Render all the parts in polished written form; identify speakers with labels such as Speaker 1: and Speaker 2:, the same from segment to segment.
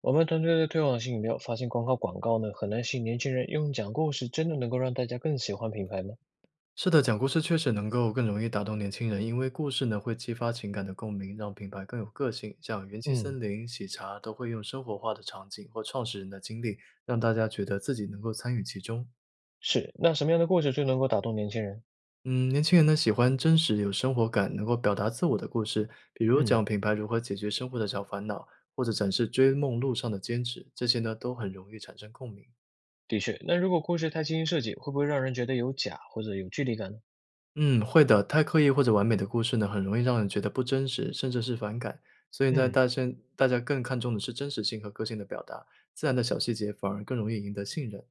Speaker 1: 我们团队的推广性饮料发现，光靠广告呢很难吸引年轻人。用讲故事真的能够让大家更喜欢品牌吗？
Speaker 2: 是的，讲故事确实能够更容易打动年轻人，因为故事呢会激发情感的共鸣，让品牌更有个性。像元气
Speaker 1: 嗯，
Speaker 2: 森林、喜茶都会用生活化的场景或创始人的经历，让大家觉得自己能够参与其中。
Speaker 1: 是。那什么样的故事最能够打动年轻人？
Speaker 2: 嗯，年轻人呢喜欢真实有生活感、能够表达自我的故事，比如
Speaker 1: 嗯，
Speaker 2: 讲品牌如何解决生活的小烦恼，或者展示追梦路上的坚持，这些呢都很容易产生共鸣。
Speaker 1: 的确。那如果故事太精心设计，会不会让人觉得有假或者有距离感呢？
Speaker 2: 嗯，会的。太刻意或者完美的故事呢，很容易让人觉得不真实，甚至是反感。所以在
Speaker 1: 嗯，
Speaker 2: 大现大家更看重的是真实性和个性的表达，自然的小细节反而更容易赢得信任。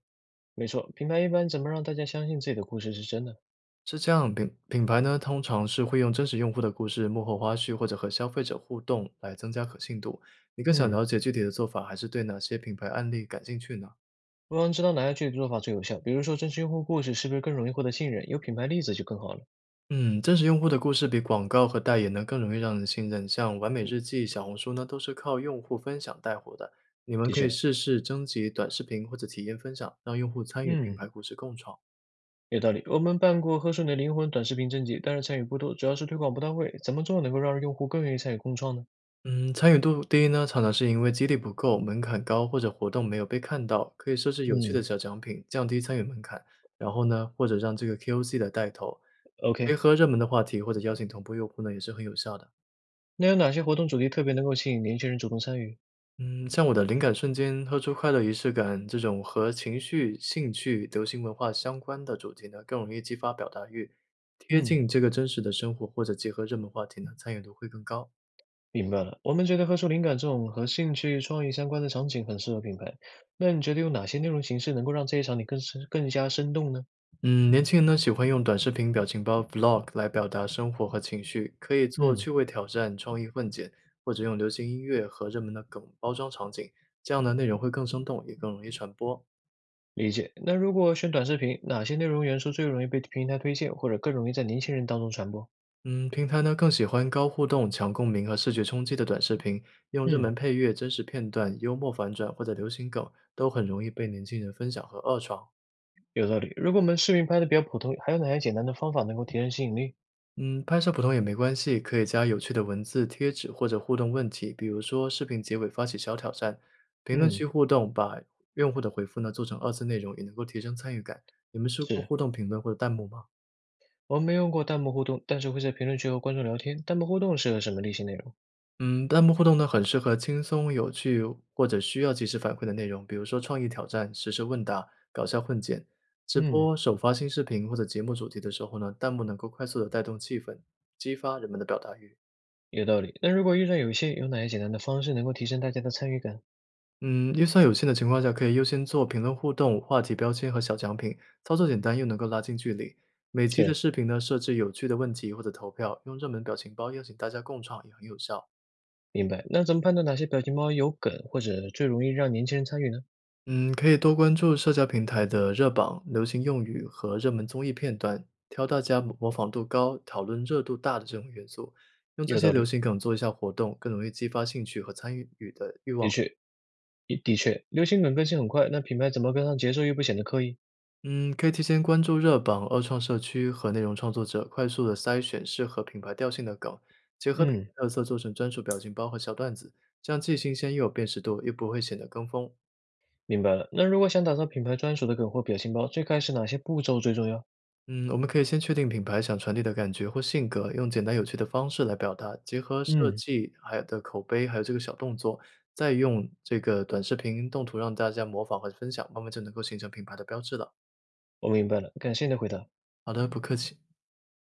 Speaker 1: 没错。品牌一般怎么让大家相信自己的故事是真的？
Speaker 2: 是这样，品牌呢，通常是会用真实用户的故事、幕后花絮或者和消费者互动来增加可信度。你更想
Speaker 1: 嗯，
Speaker 2: 了解具体的做法，还是对哪些品牌案例感兴趣呢？
Speaker 1: 我想知道哪样具体的做法最有效。比如说，真实用户故事是不是更容易获得信任？有品牌例子就更好了。
Speaker 2: 嗯，真实用户的故事比广告和代言呢更容易让人信任。像完美日记、小红书呢，都是靠用户分享带火的。你们
Speaker 1: 的
Speaker 2: 可以
Speaker 1: 确。
Speaker 2: 试试征集短视频或者体验分享，让用户参与品
Speaker 1: 嗯。
Speaker 2: 牌故事共创。
Speaker 1: 有道理，我们办过《喝水你的灵魂》短视频征集，但是参与不多，主要是推广不到位。怎么做能够让用户更愿意参与共创呢？
Speaker 2: 嗯，参与度低呢，常常是因为激励不够、门槛高或者活动没有被看到。可以设置有趣的
Speaker 1: 嗯
Speaker 2: 小奖品，降低参与门槛。然后呢，或者让这个 KOC 的带头，结
Speaker 1: ，OK，
Speaker 2: 合热门的话题或者邀请同步用户呢，也是很有效的。
Speaker 1: 那有哪些活动主题特别能够吸引年轻人主动参与？
Speaker 2: 嗯，像我的灵感瞬间喝出快乐仪式感这种和情绪、兴趣、流行文化相关的主题呢，更容易激发表达欲，贴
Speaker 1: 嗯，
Speaker 2: 近这个真实的生活，或者结合热门话题呢，参与度会更高。
Speaker 1: 明白了。我们觉得喝出灵感这种和兴趣、创意相关的场景很适合品牌。那你觉得有哪些内容形式能够让这一场景更生生动呢？
Speaker 2: 嗯，年轻人呢喜欢用短视频、表情包、vlog 来表达生活和情绪，可以做
Speaker 1: 嗯，
Speaker 2: 趣味挑战、创意混剪，或者用流行音乐和热门的梗包装场景，这样的内容会更生动，也更容易传播。
Speaker 1: 理解。那如果选短视频，哪些内容元素最容易被平台推荐，或者更容易在年轻人当中传播？
Speaker 2: 嗯，平台呢更喜欢高互动、强共鸣和视觉冲击的短视频，用热门
Speaker 1: 嗯。
Speaker 2: 配乐、真实片段、幽默反转或者流行梗，都很容易被年轻人分享和二创。
Speaker 1: 有道理。如果我们视频拍的比较普通，还有哪些简单的方法能够提升吸引力？
Speaker 2: 嗯，拍摄普通也没关系，可以加有趣的文字、贴纸或者互动问题，比如说视频结尾发起小挑战，评论
Speaker 1: 嗯，
Speaker 2: 区互动，把用户的回复呢做成二次内容，也能够提升参与感。你们试过
Speaker 1: 是，
Speaker 2: 互动评论或者弹幕吗？
Speaker 1: 我们没用过弹幕互动，但是会在评论区和观众聊天。弹幕互动适合什么类型内容？
Speaker 2: 嗯，弹幕互动呢，很适合轻松有趣或者需要及时反馈的内容，比如说创意挑战、实时问答、搞笑混剪。直
Speaker 1: 嗯。
Speaker 2: 播首发新视频或者节目主题的时候呢，弹幕能够快速的带动气氛，激发人们的表达欲。
Speaker 1: 有道理。那如果预算有限，有哪些简单的方式能够提升大家的参与感？
Speaker 2: 嗯，预算有限的情况下，可以优先做评论互动、话题标签和小奖品，操作简单又能够拉近距离。每期的
Speaker 1: 是，
Speaker 2: 视频呢，设置有趣的问题或者投票，用热门表情包邀请大家共创也很有效。
Speaker 1: 明白。那怎么判断哪些表情包有梗，或者最容易让年轻人参与呢？
Speaker 2: 嗯，可以多关注社交平台的热榜、流行用语和热门综艺片段，挑大家模仿度高、讨论热度大的这种元素，用这
Speaker 1: 有
Speaker 2: 些
Speaker 1: 道
Speaker 2: 流
Speaker 1: 理，
Speaker 2: 行梗做一下活动，更容易激发兴趣和参与的欲望。
Speaker 1: 的确，的确，流行梗更新很快，那品牌怎么跟上节奏又不显得刻意？
Speaker 2: 嗯，可以提前关注热榜、二创社区和内容创作者，快速的筛选适合品牌调性的梗，结合品
Speaker 1: 嗯
Speaker 2: 牌特色做成专属表情包和小段子，这样既新鲜又有辨识度，又不会显得跟风。
Speaker 1: 明白了。那如果想打造品牌专属的梗或表情包，最开始哪些步骤最重要？
Speaker 2: 嗯，我们可以先确定品牌想传递的感觉或性格，用简单有趣的方式来表达，结合设
Speaker 1: 嗯，
Speaker 2: 计还有的口碑，还有这个小动作，再用这个短视频动图让大家模仿和分享，慢慢就能够形成品牌的标志了。
Speaker 1: 我明白了，感谢你的回答。
Speaker 2: 好的，不客气。